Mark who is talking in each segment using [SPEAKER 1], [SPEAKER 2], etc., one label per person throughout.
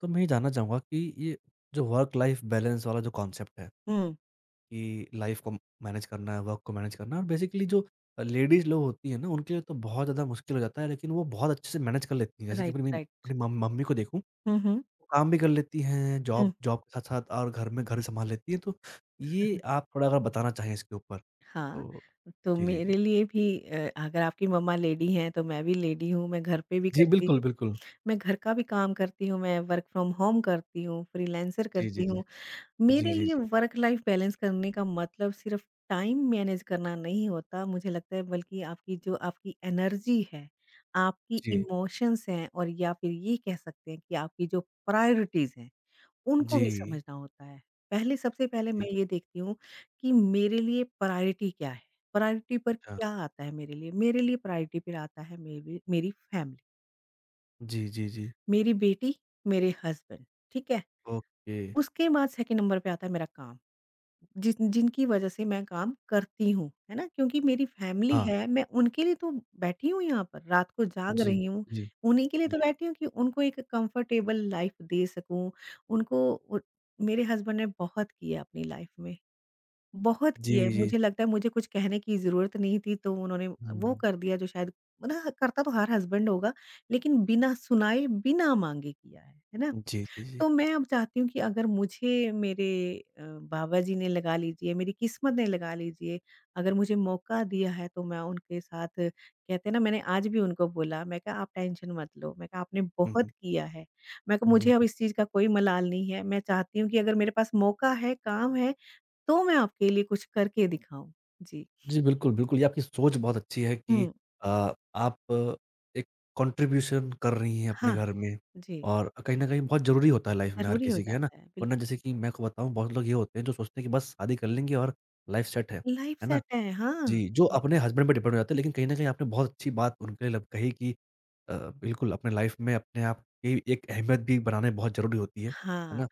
[SPEAKER 1] तो मैं ये जानना चाहूँगा कि ये जो वर्क लाइफ बैलेंस वाला जो कॉन्सेप्ट है
[SPEAKER 2] हुँ।
[SPEAKER 1] कि लाइफ को मैनेज करना है, वर्क को मैनेज करना है और बेसिकली जो लेडीज़ लोग होती हैं ना, उनके लिए तो बहुत ज़्यादा मुश्किल हो जाता है, लेकिन वो बहुत अच्छे से मैनेज कर लेती हैं। जैसे कि
[SPEAKER 2] राइट, राइट।
[SPEAKER 1] अपनी मम मम्मी को देखूँ,
[SPEAKER 2] हुँ, हुँ।
[SPEAKER 1] वो काम भी कर लेती हैं,
[SPEAKER 2] हुँ।
[SPEAKER 1] जॉब जॉब के साथ-साथ और घर संभाल लेती हैं। तो ये आप थोड़ा अगर बताना चाहें इसके ऊपर
[SPEAKER 2] हाँ,
[SPEAKER 1] तो।
[SPEAKER 2] तो
[SPEAKER 1] जी, जी,
[SPEAKER 2] मेरे
[SPEAKER 1] जी।
[SPEAKER 2] लिए भी अगर आपकी मम्मा लेडी हैं, तो मैं भी लेडी हूँ,
[SPEAKER 1] जी, बिल्कुल, बिल्कुल।
[SPEAKER 2] मैं घर का भी काम करती हूँ, मैं वर्क फ्रॉम होम करती हूँ, फ्रीलांसर
[SPEAKER 1] जी,
[SPEAKER 2] करती
[SPEAKER 1] जी, जी।
[SPEAKER 2] हूँ।
[SPEAKER 1] जी,
[SPEAKER 2] मेरे
[SPEAKER 1] जी,
[SPEAKER 2] लिए
[SPEAKER 1] जी।
[SPEAKER 2] वर्क लाइफ़ बैलेंस करने का मतलब सिर्फ़ टाइम मैनेज करना नहीं होता, मुझे लगता है बल्कि आपकी जो आपकी एनर्जी है, आपकी
[SPEAKER 1] जी।
[SPEAKER 2] इमोशंस हैं और या फिर ये कह सकते हैं कि आपकी जो प्रायोरिटीज़ हैं। उनको भी
[SPEAKER 1] जी।
[SPEAKER 2] समझना होता है। पहले सबसे पहले मैं
[SPEAKER 1] जी।
[SPEAKER 2] ये देखती हूँ कि मेरे लिए प्रायोरिटी क्या है? प्रायोरिटी पर
[SPEAKER 1] हाँ।
[SPEAKER 2] क्या आता है मेरे लिए? मेरे लिए प्रायोरिटी पर आता है मेरी मेरी फैमिली,
[SPEAKER 1] जी, जी, जी।
[SPEAKER 2] मेरी बेटी, मेरे हस्बैंड, ठीक है?
[SPEAKER 1] ओके।
[SPEAKER 2] उसके बाद सेकंड नंबर पे आता है मेरा काम। जिस जिनकी वजह से मैं काम करती हूँ, है ना? क्योंकि मेरी फैमिली
[SPEAKER 1] हाँ।
[SPEAKER 2] है, मैं उनके लिए तो बैठी हूँ यहाँ पर, रात को जाग
[SPEAKER 1] जी।
[SPEAKER 2] रही हूँ,
[SPEAKER 1] जी।
[SPEAKER 2] उन्हीं के लिए तो
[SPEAKER 1] जी।
[SPEAKER 2] बैठी हूँ कि उनको एक कंफर्टेबल लाइफ़ दे सकूँ, उनको उ मेरे हस्बैंड ने बहुत किया अपनी लाइफ़ में, बहुत
[SPEAKER 1] जी,
[SPEAKER 2] किया है,
[SPEAKER 1] जी।
[SPEAKER 2] मुझे लगता है मुझे कुछ कहने की ज़रूरत नहीं थी, तो उन्होंने वो
[SPEAKER 1] हुँ।
[SPEAKER 2] कर दिया जो शायद मतलब करता तो हर हस्बैंड होगा, लेकिन बिना सुनाए, बिना माँगे किया है ना?
[SPEAKER 1] जी, जी, जी।
[SPEAKER 2] तो मैं अब चाहती हूँ कि अगर मुझे मेरे अ, बाबा जी ने लगा लीजिए, मेरी किस्मत ने लगा लीजिए, अगर मुझे मौका दिया है तो मैं उनके साथ कहते हैं ना मैंने आज भी उनको बोला, मैं कहा आप टेंशन मत लो, मैं कहा आपने
[SPEAKER 1] हुँ,
[SPEAKER 2] बहुत
[SPEAKER 1] हुँ।
[SPEAKER 2] किया है। मैं कहा
[SPEAKER 1] हुँ, हुँ,
[SPEAKER 2] मुझे अब
[SPEAKER 1] हुँ।
[SPEAKER 2] इस चीज़ का कोई मलाल नहीं है, मैं चाहती हूँ कि अगर मेरे पास मौका है, काम है, तो मैं आपके लिए कुछ करके दिखाऊँ। जी।
[SPEAKER 1] जी, बिल्कुल, बिल्कुल, ये आपकी सोच बहुत अच्छी है कि
[SPEAKER 2] हुँ।
[SPEAKER 1] आप एक कॉन्ट्रिब्यूशन कर रही हैं अपने
[SPEAKER 2] हाँ,
[SPEAKER 1] घर में
[SPEAKER 2] जी,
[SPEAKER 1] और कहीं न कहीं बहुत ज़रूरी होता है लाइफ़ में हर
[SPEAKER 2] ज़रूरी हो
[SPEAKER 1] किसी के, है ना?
[SPEAKER 2] जाता है,
[SPEAKER 1] वरना
[SPEAKER 2] बिल्कुल।
[SPEAKER 1] जैसे कि मैं आपको बताऊँ बहुत लोग ये होते हैं जो सोचते हैं कि बस शादी कर लेंगे और लाइफ़ सेट
[SPEAKER 2] लाइफ
[SPEAKER 1] है ना?
[SPEAKER 2] सेट है, हाँ।
[SPEAKER 1] जी, जो
[SPEAKER 2] ब
[SPEAKER 1] अपने हस्बैंड पे डिपेंड हो जाते हैं लेकिन कहीं न कहीं आपने बहुत अच्छी बात उनके लिए कही कि अ, बिल्कुल अपने लाइफ़ में अपने आप की एक अहमियत भी बनाना बहुत ज़रूरी होती है
[SPEAKER 2] हाँ।
[SPEAKER 1] ना?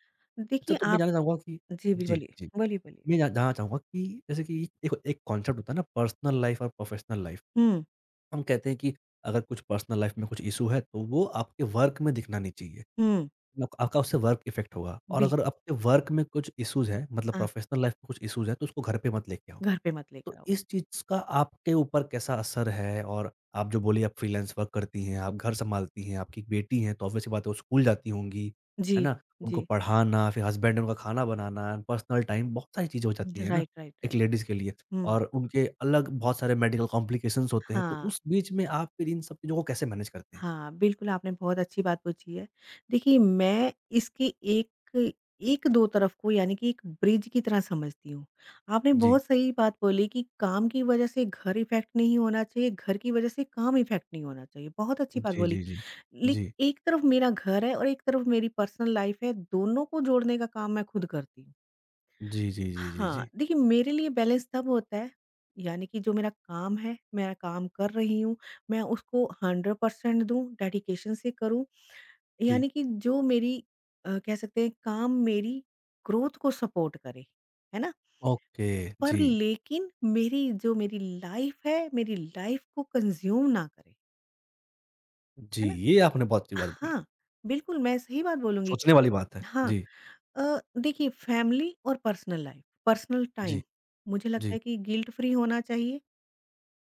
[SPEAKER 1] अच्छा
[SPEAKER 2] देखिए
[SPEAKER 1] तो मैं
[SPEAKER 2] आप
[SPEAKER 1] जानना चाहूँगा कि।
[SPEAKER 2] जी, बिल
[SPEAKER 1] जी,
[SPEAKER 2] बोलिए,
[SPEAKER 1] जी।
[SPEAKER 2] बोलिए, बोलिए।
[SPEAKER 1] मैं जा जानना चाहूँगा कि जैसे कि देखो एक कॉन्सेप्ट होता है ना पर्सनल लाइफ और प्रोफेशनल लाइफ।
[SPEAKER 2] हुँ,
[SPEAKER 1] हम कहते हैं कि अगर कुछ पर्सनल लाइफ में कुछ इश्यू है तो वो आपके वर्क में दिखना नहीं चाहिए।
[SPEAKER 2] हुँ,
[SPEAKER 1] आप आपका उससे वर्क इफ़ेक्ट होगा और अगर
[SPEAKER 2] बिल्कुल,
[SPEAKER 1] आपके वर्क में कुछ इश्यूज़ हैं मतलब
[SPEAKER 2] हाँ,
[SPEAKER 1] प्रोफेशनल लाइफ में कुछ इश्यूज़ हैं तो उसको घर पे मत लेके आओ।
[SPEAKER 2] घर पे मत
[SPEAKER 1] तो
[SPEAKER 2] लेकर आओ।
[SPEAKER 1] इस चीज़ का आपके ऊपर कैसा असर है? और आप जो बोली आप फ्रीलांस वर्क करती हैं, आप घर सँभालती हैं, आपकी एक बेटी है तो ऑब्वियस सी बात है वो स्कूल जाती होंगी,
[SPEAKER 2] जी,
[SPEAKER 1] है ना? उनको
[SPEAKER 2] जी,
[SPEAKER 1] पढ़ाना, फिर हस्बैंड उनका खाना बनाना, पर्सनल टाइम बहुत सारी चीज़ें हो जाती
[SPEAKER 2] जी।
[SPEAKER 1] हैं ना,
[SPEAKER 2] राइट, राइट,
[SPEAKER 1] एक
[SPEAKER 2] राइट।
[SPEAKER 1] लेडीज़ के लिए
[SPEAKER 2] हुँ,
[SPEAKER 1] और उनके अलग बहुत सारे मेडिकल कॉम्प्लिकेशंस होते हैं, तो
[SPEAKER 2] हाँ,
[SPEAKER 1] उस बीच में आप फिर इन सब चीज़ों को कैसे मैनेज करते हैं?
[SPEAKER 2] हाँ, बिल्कुल आपने बहुत अच्छी बात पूछी है। देखिए मैं इसके एक एक दो तरफ को यानी कि एक ब्रिज की तरह समझती हूँ। आपने
[SPEAKER 1] जी।
[SPEAKER 2] बहुत सही बात बोली कि काम की वज़ह से घर इफ़ेक्ट नहीं होना चाहिए, घर की वज़ह से काम इफ़ेक्ट नहीं होना चाहिए। बहुत अच्छी बात
[SPEAKER 1] जी,
[SPEAKER 2] बोली।
[SPEAKER 1] जी, जी। जी।
[SPEAKER 2] लेकिन एक तरफ मेरा घर है और एक तरफ मेरी पर्सनल लाइफ़ है, दोनों को जोड़ने का काम मैं खुद करती हूँ।
[SPEAKER 1] जी, जी, जी, जी,
[SPEAKER 2] हाँ,
[SPEAKER 1] जी।
[SPEAKER 2] देखिए मेरे लिए बैलेंस तब होता है यानी कि जो मेरा काम है, मैं काम कर रही हूँ, मैं उसको 100% दूँ, डेडिकेशन से करूँ।
[SPEAKER 1] जी।
[SPEAKER 2] यानी कि जो मेरी कह सकते हैं काम मेरी ग्रोथ को सपोर्ट करे, है ना?
[SPEAKER 1] ओके।
[SPEAKER 2] पर
[SPEAKER 1] जी।
[SPEAKER 2] लेकिन मेरी जो मेरी लाइफ़ है, मेरी लाइफ़ को कंज़्यूम ना करे,
[SPEAKER 1] जी,
[SPEAKER 2] है ना?
[SPEAKER 1] ये आपने बहुत अच्छी बात बोली।
[SPEAKER 2] हाँ, बिल्कुल मैं सही बात बोलूँगी।
[SPEAKER 1] सोचने वाली बात है।
[SPEAKER 2] हाँ,
[SPEAKER 1] जी।
[SPEAKER 2] देखिए फैमिली और पर्सनल लाइफ़, पर्सनल
[SPEAKER 1] जी।
[SPEAKER 2] टाइम मुझे लगता
[SPEAKER 1] जी।
[SPEAKER 2] है कि गिल्ट फ्री होना चाहिए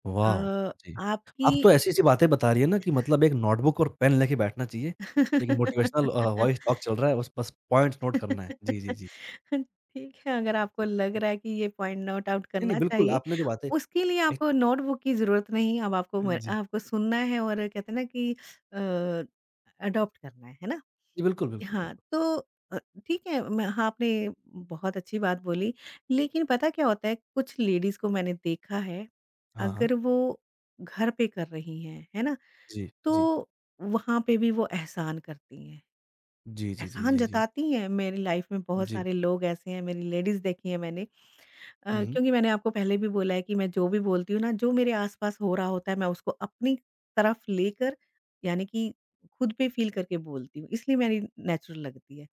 [SPEAKER 1] वाओ!
[SPEAKER 2] अ,
[SPEAKER 1] जी।
[SPEAKER 2] आपकी
[SPEAKER 1] आप तो ऐसी-ऐसी बातें बता रही हैं ना कि मतलब एक नोटबुक और पेन लेके बैठना चाहिए। एक मोटिवेशनल वॉइस टॉक चल रहा है बस बस पॉइंट्स नोट करना है। जी, जी, जी।
[SPEAKER 2] ठीक है, अगर आपको
[SPEAKER 1] जी,
[SPEAKER 2] लग
[SPEAKER 1] जी।
[SPEAKER 2] रहा है कि ये पॉइंट नोट आउट
[SPEAKER 1] नहीं, नहीं
[SPEAKER 2] करना
[SPEAKER 1] बिल्कुल
[SPEAKER 2] चाहिए,
[SPEAKER 1] आपने जो बातें
[SPEAKER 2] उसके लिए
[SPEAKER 1] एक
[SPEAKER 2] आपको नोटबुक की ज़रूरत नहीं, अब आपको म
[SPEAKER 1] जी।
[SPEAKER 2] आपको सुनना है और कहते हैं ना कि अ, अडॉप्ट करना है ना?
[SPEAKER 1] जी, बिल्कुल, बिल्कुल,
[SPEAKER 2] हाँ,
[SPEAKER 1] बिल्कुल।
[SPEAKER 2] तो अ, ठीक है मैं हाँ, आपने बहुत अच्छी बात बोली, लेकिन पता क्या होता है, कुछ लेडीज़ को मैंने देखा है,
[SPEAKER 1] हाँ, हाँ।
[SPEAKER 2] अगर वो घर पे कर रही हैं, है ना?
[SPEAKER 1] जी, जी।
[SPEAKER 2] तो वहाँ पे भी वो एहसान करती हैं।
[SPEAKER 1] जी, जी, जी,
[SPEAKER 2] एहसान
[SPEAKER 1] जी, जी।
[SPEAKER 2] जताती हैं, मेरी लाइफ़ में बहुत
[SPEAKER 1] जी।
[SPEAKER 2] सारे लोग ऐसे हैं, मेरी लेडीज़ देखी हैं मैंने
[SPEAKER 1] हुँ, हुँ।
[SPEAKER 2] क्योंकि मैंने आपको पहले भी बोला है कि मैं जो भी बोलती हूँ ना, जो मेरे आस-पास हो रहा होता है, मैं उसको अपनी तरफ लेकर यानी कि खुद पे फ़ील करके बोलती हूँ, इसलिए मेरी नेचुरल लगती है।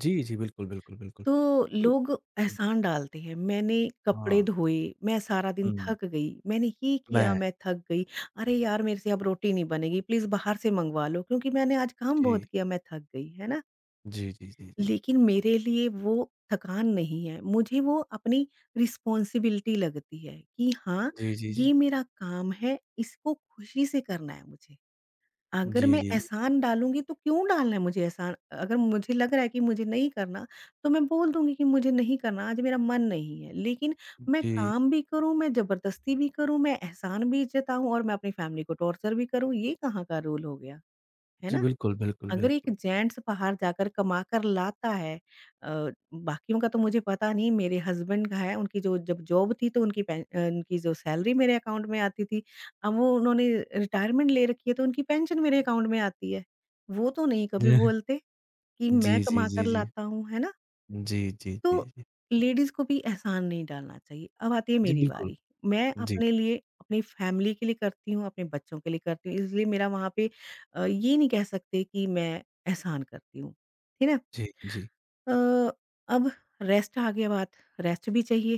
[SPEAKER 1] जी, जी, बिल्कुल, बिल्कुल, बिल्कुल।
[SPEAKER 2] तो लोग एहसान डालते हैं, मैंने कपड़े
[SPEAKER 1] हाँ।
[SPEAKER 2] धोए, मैं सारा दिन
[SPEAKER 1] हुँ।
[SPEAKER 2] थक गई, मैंने ये किया,
[SPEAKER 1] मैं
[SPEAKER 2] मैं थक गई, अरे यार मेरे से अब रोटी नहीं बनेगी, प्लीज़ बाहर से मँगवा लो क्योंकि मैंने आज काम
[SPEAKER 1] जी।
[SPEAKER 2] बहुत किया, मैं थक गई, है ना?
[SPEAKER 1] जी, जी, जी, जी।
[SPEAKER 2] लेकिन मेरे लिए वो थकान नहीं है, मुझे वो अपनी रिस्पॉन्सिबिलिटी लगती है कि हाँ,
[SPEAKER 1] जी, जी,
[SPEAKER 2] ये
[SPEAKER 1] जी।
[SPEAKER 2] मेरा काम है, इसको खुशी से करना है मुझे। अगर
[SPEAKER 1] जी,
[SPEAKER 2] मैं
[SPEAKER 1] जी, जी।
[SPEAKER 2] एहसान डालूँगी तो क्यों डालना है मुझे एहसान? अगर मुझे लग रहा है कि मुझे नहीं करना, तो मैं बोल दूँगी कि मुझे नहीं करना, आज मेरा मन नहीं है। लेकिन मैं
[SPEAKER 1] जी।
[SPEAKER 2] काम भी करूँ, मैं ज़बरदस्ती भी करूँ, मैं एहसान भी जताऊँ और मैं अपनी फैमिली को टॉर्चर भी करूँ, ये कहाँ का रूल हो गया, है
[SPEAKER 1] जी,
[SPEAKER 2] ना?
[SPEAKER 1] बिल्कुल, बिल्कुल,
[SPEAKER 2] अगर एक
[SPEAKER 1] बिल्कुल।
[SPEAKER 2] जेंट्स बाहर जाकर कमा कर लाता है अ, बाकियों का तो मुझे पता नहीं मेरे हस्बैंड का है उनकी जो जब जॉब थी तो उनकी जो सैलरी मेरे अकाउंट में आती थी। अब वो उन्होंने रिटायरमेंट ले रखी है तो उनकी पेंशन मेरे अकाउंट में आती है। वो तो नहीं कभी
[SPEAKER 1] जी,
[SPEAKER 2] बोलते कि मैं
[SPEAKER 1] जी, जी,
[SPEAKER 2] कमा
[SPEAKER 1] जी।
[SPEAKER 2] कर
[SPEAKER 1] जी
[SPEAKER 2] लाता हूँ, है ना?
[SPEAKER 1] जी, जी, जी,
[SPEAKER 2] तो
[SPEAKER 1] जी।
[SPEAKER 2] लेडीज़ को भी एहसान नहीं डालना चाहिए। अब आती है
[SPEAKER 1] जी,
[SPEAKER 2] मेरी
[SPEAKER 1] बिल्कुल।
[SPEAKER 2] बारी, मैं
[SPEAKER 1] जी,
[SPEAKER 2] अपने लिए, अपनी फैमिली के लिए करती हूँ, अपने बच्चों के लिए करती हूँ, इसलिए मेरा वहाँ पे ये नहीं कह सकते कि मैं एहसान करती हूँ। है ना?
[SPEAKER 1] जी, जी।
[SPEAKER 2] अ, अब रेस्ट आ गया बात, रेस्ट भी चाहिए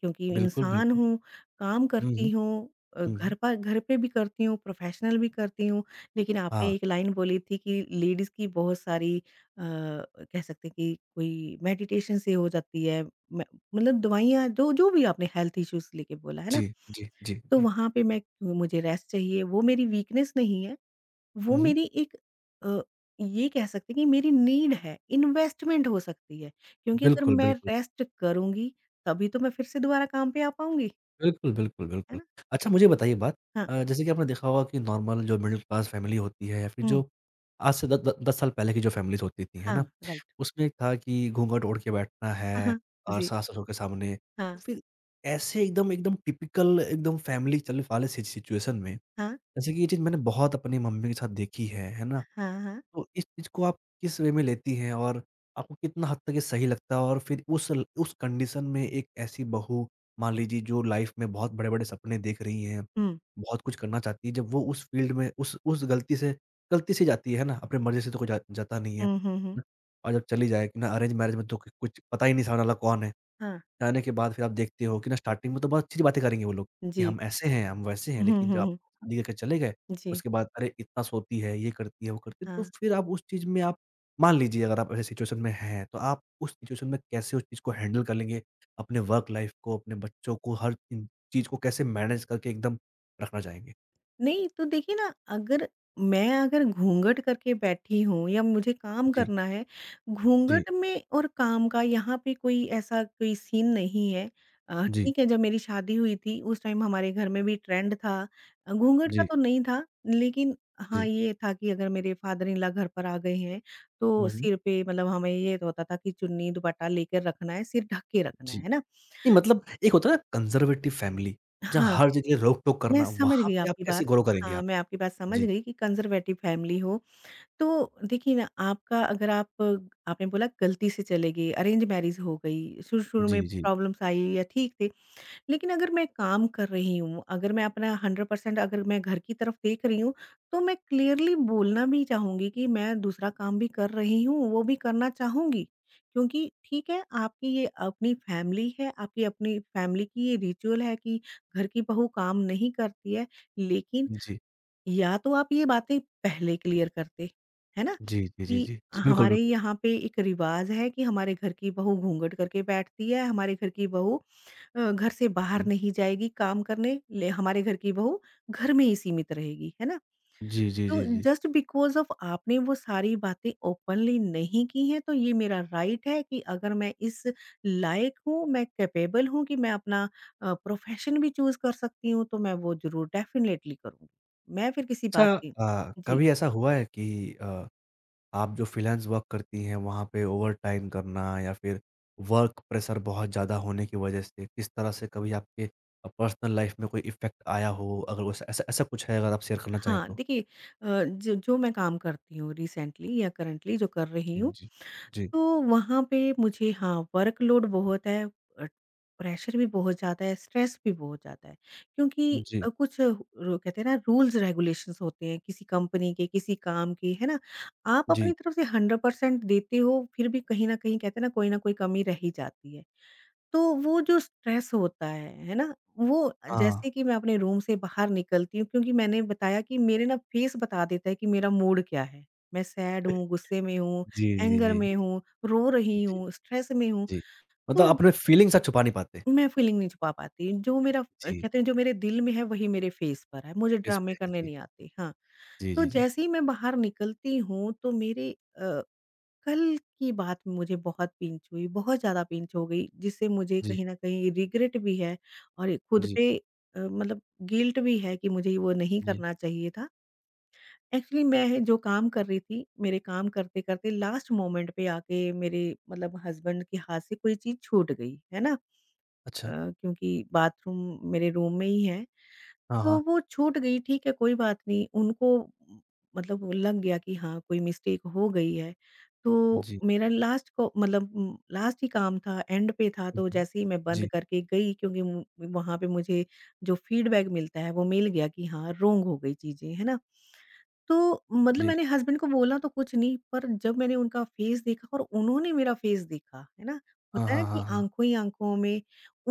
[SPEAKER 2] क्योंकि
[SPEAKER 1] बिल्कुल,
[SPEAKER 2] इंसान
[SPEAKER 1] बिल्कुल।
[SPEAKER 2] हूँ, काम
[SPEAKER 1] हुँ,
[SPEAKER 2] करती
[SPEAKER 1] हुँ,
[SPEAKER 2] हूँ
[SPEAKER 1] हुँ, हुँ।
[SPEAKER 2] घर पे भी करती हूँ, प्रोफ़ेशनल भी करती हूँ, लेकिन आपने
[SPEAKER 1] हाँ,
[SPEAKER 2] एक लाइन बोली थी कि लेडीज़ की बहुत सारी कह सकते हैं कि कोई मेडिटेशन से हो जाती है म मतलब दवाइयाँ जो जो भी आपने हेल्थ इश्यूज़ लेके बोला है ना?
[SPEAKER 1] जी, जी, जी,
[SPEAKER 2] तो
[SPEAKER 1] जी।
[SPEAKER 2] वहाँ पे मैं मुझे रेस्ट चाहिए, वो मेरी वीकनेस नहीं है। वो
[SPEAKER 1] हुँ, हुँ।
[SPEAKER 2] मेरी एक अ, ये कह सकते हैं कि मेरी नीड है, इन्वेस्टमेंट हो सकती है। क्योंकि अगर
[SPEAKER 1] बिल्कुल,
[SPEAKER 2] मैं
[SPEAKER 1] बिल्कुल।
[SPEAKER 2] रेस्ट करूँगी, तभी तो मैं फिर से दोबारा काम पे आ पाऊँगी,
[SPEAKER 1] बिल्कुल, बिल्कुल,
[SPEAKER 2] है
[SPEAKER 1] बिल्कुल।
[SPEAKER 2] ना?
[SPEAKER 1] अच्छा मुझे बताइए बात।
[SPEAKER 2] हाँ,
[SPEAKER 1] जैसे कि आपने देखा होगा कि नॉर्मल जो मिडल क्लास फैमिली होती है या फिर
[SPEAKER 2] हुँ,
[SPEAKER 1] जो आज से द द 10 साल पहले की जो फैमिलीज़ होती थी, है
[SPEAKER 2] हाँ,
[SPEAKER 1] ना?
[SPEAKER 2] राइट।
[SPEAKER 1] उसमें एक था कि घूँघट ओढ़ के बैठना
[SPEAKER 2] हाँ,
[SPEAKER 1] है
[SPEAKER 2] हाँ,
[SPEAKER 1] और
[SPEAKER 2] जी,
[SPEAKER 1] सास-ससुर के सामने। तो
[SPEAKER 2] हाँ,
[SPEAKER 1] फिर ऐसे एकदम एकदम टिपिकल एकदम फैमिली चल वाले सि सिचुएशन में
[SPEAKER 2] हाँ,
[SPEAKER 1] जैसे कि ये चीज़ मैंने बहुत अपनी मम्मी के साथ देखी है ना?
[SPEAKER 2] हाँ, हाँ,
[SPEAKER 1] तो इस चीज़ को आप किस वे में लेती हैं और आपको कितना हद तक ये सही लगता है? और फिर उस ल उस कंडीशन में एक ऐसी बहू मान लीजिए जो लाइफ़ में बहुत बड़े-बड़े सपने देख रही हैं,
[SPEAKER 2] हुँ,
[SPEAKER 1] बहुत कुछ करना चाहती है, जब वो उस फ़ील्ड में उस गलती से जाती है ना, अपनी मर्ज़ी से तो कोई जा जाता नहीं है।
[SPEAKER 2] हुँ, हुँ, हुँ,
[SPEAKER 1] और जब चली जाए कि ना अरेंज मैरेज में तो क कुछ पता ही नहीं सामने वाला कौन है।
[SPEAKER 2] हाँ,
[SPEAKER 1] जाने के बाद फिर आप देखते हो कि ना स्टार्टिंग में तो बहुत अच्छी बातें करेंगे वो लोग, कि
[SPEAKER 2] जी,
[SPEAKER 1] हम ऐसे हैं, हम वैसे हैं,
[SPEAKER 2] हुँ, हुँ,
[SPEAKER 1] लेकिन जब आप
[SPEAKER 2] हुँ,
[SPEAKER 1] शादी करके चले गए,
[SPEAKER 2] जी,
[SPEAKER 1] उसके बाद अरे! इतना सोती है, ये करती है, वो करती है, तो
[SPEAKER 2] हाँ।
[SPEAKER 1] फिर आप उस चीज़ में आप मान लीजिए अगर आप ऐसे सिचुएशन में हैं, तो आप उस सिचुएशन में कैसे उस चीज़ को हैंडल कर लेंगे? अपने वर्क लाइफ़ को, अपने बच्चों को, हर इन चीज़ को कैसे मैनेज करके एकदम रखना चाहेंगे?
[SPEAKER 2] नहीं, तो देखिए ना अगर मैं अगर घूँघट करके बैठी हूँ या मुझे काम
[SPEAKER 1] जी,
[SPEAKER 2] करना है,
[SPEAKER 1] जी,
[SPEAKER 2] घूँघट में और काम का यहाँ पे कोई ऐसा कोई सीन नहीं है।
[SPEAKER 1] जी,
[SPEAKER 2] ठीक है जब मेरी शादी हुई थी उस टाइम हमारे घर में भी ट्रेंड था घूँघट का
[SPEAKER 1] जी,
[SPEAKER 2] तो नहीं था लेकिन हाँ,
[SPEAKER 1] जी।
[SPEAKER 2] ये था कि अगर मेरे फादर इन लॉ घर पर आ गए हैं, तो
[SPEAKER 1] हुँ, हुँ।
[SPEAKER 2] सिर पे मतलब हमें ये तो होता था कि चुन्नी दुपट्टा लेकर रखना है, सिर ढक के रखना
[SPEAKER 1] जी।
[SPEAKER 2] है ना?
[SPEAKER 1] नहीं मतलब एक होता है ना कंज़र्वेटिव फैमिली, जहाँ
[SPEAKER 2] हाँ,
[SPEAKER 1] हर जगह रोक-टोक
[SPEAKER 2] मैं
[SPEAKER 1] करना,
[SPEAKER 2] समझ
[SPEAKER 1] वहाँ
[SPEAKER 2] गई
[SPEAKER 1] पे आप
[SPEAKER 2] आपकी
[SPEAKER 1] कैसे
[SPEAKER 2] बात।
[SPEAKER 1] ग्रो करेंगे
[SPEAKER 2] हाँ,
[SPEAKER 1] आप?
[SPEAKER 2] मैं आपकी बात समझ
[SPEAKER 1] जी।
[SPEAKER 2] गई कि कंज़र्वेटिव फैमिली हो तो देखिए ना आपका अगर आप आपने बोला गलती से चले गए, अरेंज मैरिज हो गई, शुरू-शुरू में
[SPEAKER 1] जी, जी।
[SPEAKER 2] प्रॉब्लम्स आई या ठीक थे। लेकिन अगर मैं काम कर रही हूँ, अगर मैं अपना 100% अगर मैं घर की तरफ देख रही हूँ, तो मैं क्लियरली बोलना भी चाहूँगी कि मैं दूसरा काम भी कर रही हूँ, वो भी करना चाहूँगी। क्योंकि ठीक है, आपकी ये अपनी फैमिली है, आपकी अपनी फैमिली की ये रिचुअल है कि घर की बहू काम नहीं करती है। लेकिन
[SPEAKER 1] जी।
[SPEAKER 2] या तो आप ये बातें पहले क्लियर करते, है ना?
[SPEAKER 1] जी, जी, जी,
[SPEAKER 2] कि
[SPEAKER 1] जी। जी, बिल्कुल,
[SPEAKER 2] हमारे
[SPEAKER 1] बिल्कुल।
[SPEAKER 2] यहाँ पे एक रिवाज़ है कि हमारे घर की बहू घूँघट करके बैठती है, हमारे घर की बहू घर से बाहर
[SPEAKER 1] जी।
[SPEAKER 2] नहीं जाएगी काम करने, ले हमारे घर की बहू घर में ही सीमित रहेगी, है ना?
[SPEAKER 1] जी, जी,
[SPEAKER 2] तो
[SPEAKER 1] जी, जी।
[SPEAKER 2] जस्ट बिकॉज़ ऑफ आपने वो सारी बातें ओपनली नहीं की हैं, तो ये मेरा राइट है कि अगर मैं इस लायक हूँ, मैं कैपेबल हूँ कि मैं अपना प्रोफ़ेशन भी चूज़ कर सकती हूँ, तो मैं वो ज़रूर डेफ़िनेटली करूँगी। मैं फिर किसी बात
[SPEAKER 1] अच्छा।
[SPEAKER 2] की जी,
[SPEAKER 1] कभी ऐसा हुआ है कि अ, आप जो फ्रीलांस वर्क करती हैं वहाँ पे ओवरटाइम करना या फिर वर्क प्रेशर बहुत ज़्यादा होने की वज़ह से किस तरह से कभी आपके पर्सनल लाइफ़ में कोई इफ़ेक्ट आया हो? अगर वैसा ऐसा ऐसा कुछ है अगर आप शेयर करना चाहें
[SPEAKER 2] हाँ,
[SPEAKER 1] तो?
[SPEAKER 2] देखिए जो जो मैं काम करती हूँ रिसेंटली या करंटली जो कर रही
[SPEAKER 1] जी,
[SPEAKER 2] हूँ
[SPEAKER 1] जी। जी।
[SPEAKER 2] तो वहाँ पे मुझे हाँ, वर्कलोड बहुत है अ, प्रेशर भी बहुत ज़्यादा है, स्ट्रेस भी बहुत ज़्यादा है। क्योंकि
[SPEAKER 1] जी।
[SPEAKER 2] कुछ रो कहते हैं ना रूल्स रेगुलेशंस होते हैं किसी कंपनी के, किसी काम के, है ना? आप अपनी
[SPEAKER 1] जी।
[SPEAKER 2] तरफ से 100% देते हो, फिर भी कहीं न कहीं कहते हैं ना कोई न कोई कमी रह ही जाती है। तो वो जो स्ट्रेस होता है ना? वो
[SPEAKER 1] हाँ।
[SPEAKER 2] जैसे कि मैं अपने रूम से बाहर निकलती हूँ क्योंकि मैंने बताया कि मेरे ना फेस बता देता है कि मेरा मूड क्या है। मैं सैड हूँ, गुस्से में हूँ,
[SPEAKER 1] जी, जी,
[SPEAKER 2] एंगर
[SPEAKER 1] जी,
[SPEAKER 2] में
[SPEAKER 1] जी।
[SPEAKER 2] हूँ, रो रही
[SPEAKER 1] जी,
[SPEAKER 2] हूँ, स्ट्रेस में हूँ,
[SPEAKER 1] जी। मतलब
[SPEAKER 2] तो
[SPEAKER 1] अपने फीलिंग सा छुपा नहीं पाते।
[SPEAKER 2] मैं फीलिंग नहीं छुपा पाती। जो मेरा
[SPEAKER 1] जी,
[SPEAKER 2] कहते हैं जो मेरे दिल में है वही मेरे फेस पर है, मुझे
[SPEAKER 1] इस
[SPEAKER 2] ड्रामे
[SPEAKER 1] पे है।
[SPEAKER 2] करने
[SPEAKER 1] जी।
[SPEAKER 2] नहीं आते। हाँ,
[SPEAKER 1] जी,
[SPEAKER 2] तो
[SPEAKER 1] जी, जी।
[SPEAKER 2] जैसे ही मैं बाहर निकलती हूँ तो मेरे अ कल की बात मुझे बहुत पिंच हुई, बहुत ज़्यादा पिंच हो गई, जिससे मुझे
[SPEAKER 1] जी,
[SPEAKER 2] कहीं न कहीं रिग्रेट भी है और ये खुद
[SPEAKER 1] जी।
[SPEAKER 2] पे मतलब गिल्ट भी है कि मुझे वो नहीं
[SPEAKER 1] जी,
[SPEAKER 2] करना चाहिए था। एक्चुअली मैं जो काम कर रही थी, मेरे काम करते-करते लास्ट मोमेंट पे आके मेरे मतलब हस्बैंड के हाथ से कोई चीज़ छूट गई, है ना? अ,
[SPEAKER 1] अच्छा।
[SPEAKER 2] क्योंकि बाथरूम मेरे रूम में ही है
[SPEAKER 1] हाँ,
[SPEAKER 2] तो
[SPEAKER 1] हाँ।
[SPEAKER 2] वो छूट गई ठीक है कोई बात नहीं, उनको मतलब वो लग गया कि हाँ, कोई मिस्टेक हो गई है। तो
[SPEAKER 1] जी।
[SPEAKER 2] मेरा लास्ट को मतलब लास्ट ही काम था, एंड पे था
[SPEAKER 1] हुँ,
[SPEAKER 2] तो
[SPEAKER 1] हुँ।
[SPEAKER 2] जैसे ही मैं बंद
[SPEAKER 1] जी,
[SPEAKER 2] करके गई क्योंकि मु वहाँ पे मुझे जो फीडबैक मिलता है वो मिल गया कि हाँ, रोंग हो गई चीज़ें, है ना? तो मतलब
[SPEAKER 1] जी।
[SPEAKER 2] मैंने हस्बैंड को बोला तो कुछ नहीं, पर जब मैंने उनका फेस देखा और उन्होंने मेरा फेस देखा, है ना?
[SPEAKER 1] हाँ,
[SPEAKER 2] होता है ना
[SPEAKER 1] हाँ,
[SPEAKER 2] कि
[SPEAKER 1] हाँ, हाँ।
[SPEAKER 2] आँखों ही आँखों में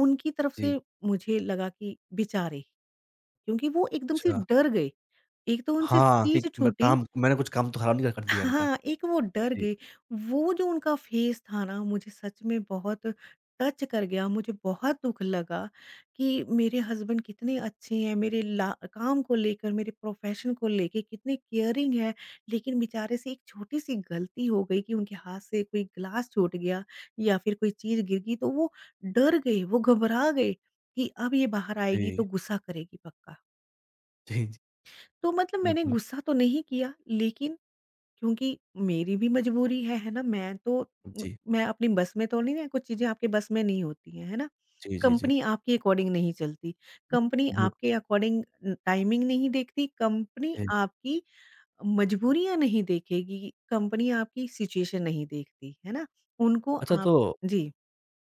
[SPEAKER 2] उनकी तरफ
[SPEAKER 1] जी,
[SPEAKER 2] से मुझे लगा कि बेचारे! क्योंकि वो एकदम से
[SPEAKER 1] अच्छा।
[SPEAKER 2] डर गए। एक तो उनसे
[SPEAKER 1] हाँ, कि
[SPEAKER 2] चीज़
[SPEAKER 1] मैं
[SPEAKER 2] छूटी
[SPEAKER 1] काम मैंने कुछ काम तो ख़राब नहीं कर कर दिया इनका।
[SPEAKER 2] हाँ, एक वो डर
[SPEAKER 1] जी,
[SPEAKER 2] गए। वो जो उनका फेस था ना मुझे सच में बहुत टच कर गया, मुझे बहुत दुःख लगा कि मेरे हस्बैंड कितने अच्छे हैं, मेरे ला काम को लेकर, मेरे प्रोफ़ेशन को लेके कितने केयरिंग हैं, लेकिन बेचारे से एक छोटी-सी गलती हो गई कि उनके हाथ से कोई ग्लास छूट गया या फिर कोई चीज़ गिर गई तो वो डर गए, वो घबरा गए कि अब ये बाहर आएगी तो
[SPEAKER 1] जी,
[SPEAKER 2] गुस्सा करेगी पक्का।
[SPEAKER 1] जी, जी,
[SPEAKER 2] तो मतलब मैंने
[SPEAKER 1] बिल्कुल।
[SPEAKER 2] गुस्सा तो नहीं किया लेकिन क्योंकि मेरी भी मजबूरी है ना? मैं तो
[SPEAKER 1] जी,
[SPEAKER 2] मैं अपनी बस में तो नहीं है, कुछ चीज़ें आपके बस में नहीं होती हैं, है ना?
[SPEAKER 1] जी, जी, जी।
[SPEAKER 2] कंपनी आपके अकॉर्डिंग नहीं चलती, कंपनी
[SPEAKER 1] बिल्कुल,
[SPEAKER 2] आपके अकॉर्डिंग टाइमिंग नहीं देखती, कंपनी
[SPEAKER 1] जी।
[SPEAKER 2] आपकी मजबूरियाँ नहीं देखेगी, कंपनी आपकी सिचुएशन नहीं देखती, है ना? उनको
[SPEAKER 1] अच्छा
[SPEAKER 2] आप
[SPEAKER 1] तो
[SPEAKER 2] जी,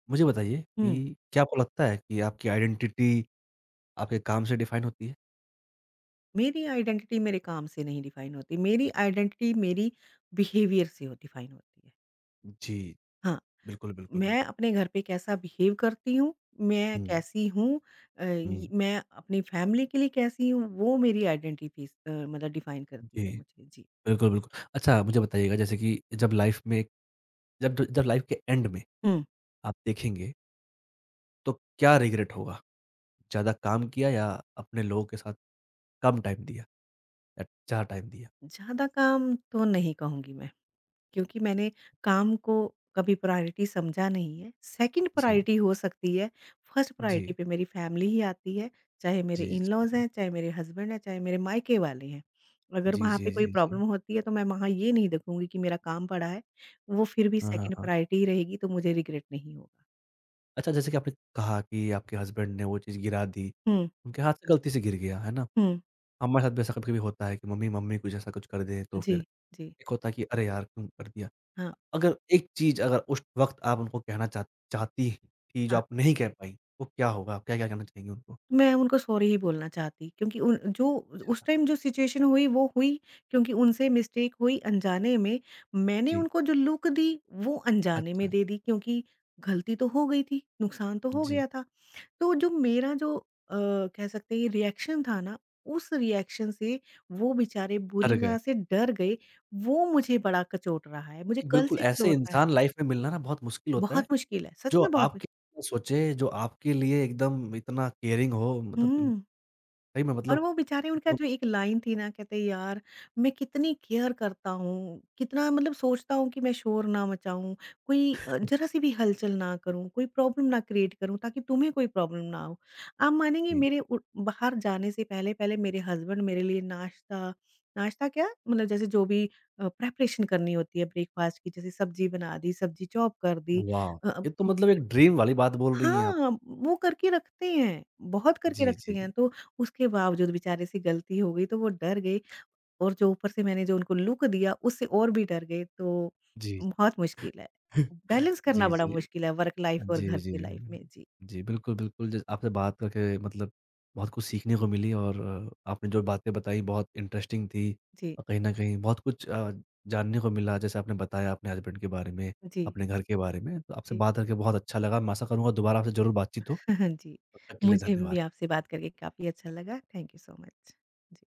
[SPEAKER 1] मुझे बताइए
[SPEAKER 2] हुँ।
[SPEAKER 1] कि क्या आपको लगता है कि आपकी आइडेंटिटी आपके काम से डिफ़ाइन होती है?
[SPEAKER 2] मेरी आइडेंटिटी मेरे काम से नहीं डिफाइन होती, मेरी आइडेंटिटी मेरी बिहेवियर से डिफाइन होती है।
[SPEAKER 1] जी,
[SPEAKER 2] हाँ।
[SPEAKER 1] बिल्कुल, बिल्कुल,
[SPEAKER 2] मैं
[SPEAKER 1] बिल्कुल।
[SPEAKER 2] अपने घर पे कैसा बिहेव करती हूँ, मैं
[SPEAKER 1] हुँ,
[SPEAKER 2] कैसी हूँ
[SPEAKER 1] हुँ।
[SPEAKER 2] य मैं अपनी फैमिली के लिए कैसी हूँ, वो मेरी आइडेंटिटीज़ मतलब डिफाइन करती
[SPEAKER 1] जी,
[SPEAKER 2] है मुझे। जी।
[SPEAKER 1] बिल्कुल, बिल्कुल। अच्छा मुझे बताइएगा जैसे कि जब लाइफ़ में जब जब लाइफ़ के एंड में
[SPEAKER 2] हुँ,
[SPEAKER 1] आप देखेंगे तो क्या रिग्रेट होगा? ज़्यादा काम किया या अपने लोगों के साथ कम टाइम दिया या ज़्यादा टाइम दिया?
[SPEAKER 2] ज़्यादा काम तो नहीं कहूँगी मैं। क्योंकि मैंने काम को कभी प्रायोरिटी समझा नहीं है। सेकंड
[SPEAKER 1] जी,
[SPEAKER 2] प्रायोरिटी हो सकती है, फर्स्ट
[SPEAKER 1] जी,
[SPEAKER 2] प्रायोरिटी पे मेरी फैमिली ही आती है, चाहे मेरे
[SPEAKER 1] जी, जी,
[SPEAKER 2] इन-लॉज़
[SPEAKER 1] जी।
[SPEAKER 2] हैं, चाहे मेरे हस्बैंड हैं, चाहे मेरे मायके वाले हैं। अगर
[SPEAKER 1] जी,
[SPEAKER 2] वहाँ पे
[SPEAKER 1] जी,
[SPEAKER 2] कोई
[SPEAKER 1] जी,
[SPEAKER 2] प्रॉब्लम
[SPEAKER 1] जी।
[SPEAKER 2] होती है तो मैं वहाँ ये नहीं देखूँगी कि मेरा काम पड़ा है, वो फिर भी
[SPEAKER 1] हाँ, हाँ,
[SPEAKER 2] सेकंड
[SPEAKER 1] हाँ।
[SPEAKER 2] प्रायोरिटी ही रहेगी तो मुझे रिग्रेट नहीं होगा।
[SPEAKER 1] अच्छा जैसे कि आपने कहा कि आपके हस्बैंड ने वो चीज़ गिरा दी,
[SPEAKER 2] हुँ,
[SPEAKER 1] उनके हाथ से गलती से गिर गया, है ना?
[SPEAKER 2] हुँ।
[SPEAKER 1] हमारे साथ भी ऐसा कभी-कभी होता है कि मम्मी मम्मी कुछ ऐसा कुछ कर दें तो
[SPEAKER 2] जी,
[SPEAKER 1] फिर
[SPEAKER 2] जी।
[SPEAKER 1] एक होता है कि अरे यार! क्यों कर दिया?
[SPEAKER 2] हाँ,
[SPEAKER 1] अगर एक चीज़ अगर उस वक़्त आप उनको कहना चाहती थी जो
[SPEAKER 2] हाँ।
[SPEAKER 1] आप नहीं कह पाई, वो क्या होगा? क्या-क्या कहना चाहेंगी उनको?
[SPEAKER 2] मैं उनको सॉरी ही बोलना चाहती क्योंकि उन जो उस
[SPEAKER 1] अच्छा,
[SPEAKER 2] टाइम जो सिचुएशन हुई वो हुई क्योंकि उनसे मिस्टेक हुई अनजाने में। मैंने
[SPEAKER 1] जी,
[SPEAKER 2] उनको जो लुक दी वो अनजाने में
[SPEAKER 1] अच्छा,
[SPEAKER 2] दे दी क्योंकि गलती तो हो गई थी, नुकसान तो हो
[SPEAKER 1] जी।
[SPEAKER 2] गया था। तो जो मेरा जो कह सकते हैं रिएक्शन था ना, उस रिएक्शन से वो बेचारे बुरी
[SPEAKER 1] डर गए।
[SPEAKER 2] तरह से डर गए। वो मुझे बड़ा कचोट रहा है, मुझे कल
[SPEAKER 1] बिल्कुल,
[SPEAKER 2] से
[SPEAKER 1] ऐसे
[SPEAKER 2] कचोट रहा है।
[SPEAKER 1] इंसान लाइफ़ में मिलना ना बहुत मुश्किल होता
[SPEAKER 2] बहुत
[SPEAKER 1] है,
[SPEAKER 2] मुश्किल है, सच
[SPEAKER 1] जो
[SPEAKER 2] में बहुत
[SPEAKER 1] आपके
[SPEAKER 2] मुश्किल
[SPEAKER 1] लिए सोचे, जो आपके लिए एकदम इतना केयरिंग हो मतलब
[SPEAKER 2] हुँ।
[SPEAKER 1] सही में
[SPEAKER 2] और
[SPEAKER 1] मतलब
[SPEAKER 2] वो बेचारे उनका
[SPEAKER 1] जो
[SPEAKER 2] जो एक लाइन थी ना कहते यार मैं कितनी केयर करता हूँ, कितना मतलब सोचता हूँ कि मैं शोर ना मचाऊँ, कोई ज़रा-सी भी हलचल ना करूँ, कोई प्रॉब्लम ना क्रिएट करूँ ताकि तुम्हें कोई प्रॉब्लम ना हो। आप मानेंगे
[SPEAKER 1] जी,
[SPEAKER 2] मेरे उ बाहर जाने से पहले-पहले मेरे हस्बैंड मेरे लिए नाश्ता नाश्ता क्या मतलब जैसे जो भी प्रिपरेशन करनी होती है ब्रेकफास्ट की जैसे सब्ज़ी बना दी, सब्ज़ी चॉप कर दी अ
[SPEAKER 1] वाह! ये तो
[SPEAKER 2] अ
[SPEAKER 1] मतलब एक ड्रीम वाली बात बोल रही हैं आप।
[SPEAKER 2] हाँ, वो करके रखते हैं, बहुत करके
[SPEAKER 1] जी,
[SPEAKER 2] रखते
[SPEAKER 1] जी,
[SPEAKER 2] हैं,
[SPEAKER 1] जी।
[SPEAKER 2] तो उसके बावजूद बेचारे से गलती हो गई तो वो डर गए और जो ऊपर से मैंने जो उनको लुक दिया उससे और भी डर गए, तो
[SPEAKER 1] जी।
[SPEAKER 2] बहुत मुश्किल है। बैलेंस करना
[SPEAKER 1] जी,
[SPEAKER 2] बड़ा
[SPEAKER 1] जी।
[SPEAKER 2] मुश्किल है वर्क लाइफ़ और
[SPEAKER 1] जी,
[SPEAKER 2] घर
[SPEAKER 1] जी।
[SPEAKER 2] की लाइफ़ में। जी,
[SPEAKER 1] जी, बिल्कुल, बिल्कुल ज आपसे बात करके मतलब बहुत कुछ सीखने को मिली और आपने जो बातें बताई बहुत इंटरेस्टिंग थी
[SPEAKER 2] जी।
[SPEAKER 1] और कहीं न कहीं बहुत कुछ जानने को मिला। जैसे आपने बताया अपने हस्बैंड के बारे में,
[SPEAKER 2] जी,
[SPEAKER 1] अपने घर के बारे में। तो आपसे
[SPEAKER 2] जी।
[SPEAKER 1] बात करके बहुत अच्छा लगा। मैं आशा करूँगा दोबारा आपसे ज़रूर बातचीत हो।
[SPEAKER 2] जी,
[SPEAKER 1] तब तक के लिए
[SPEAKER 2] मुझे भी
[SPEAKER 1] धन्यवाद।
[SPEAKER 2] आपसे बात करके काफ़ी अच्छा लगा। Thank you so much. Ji.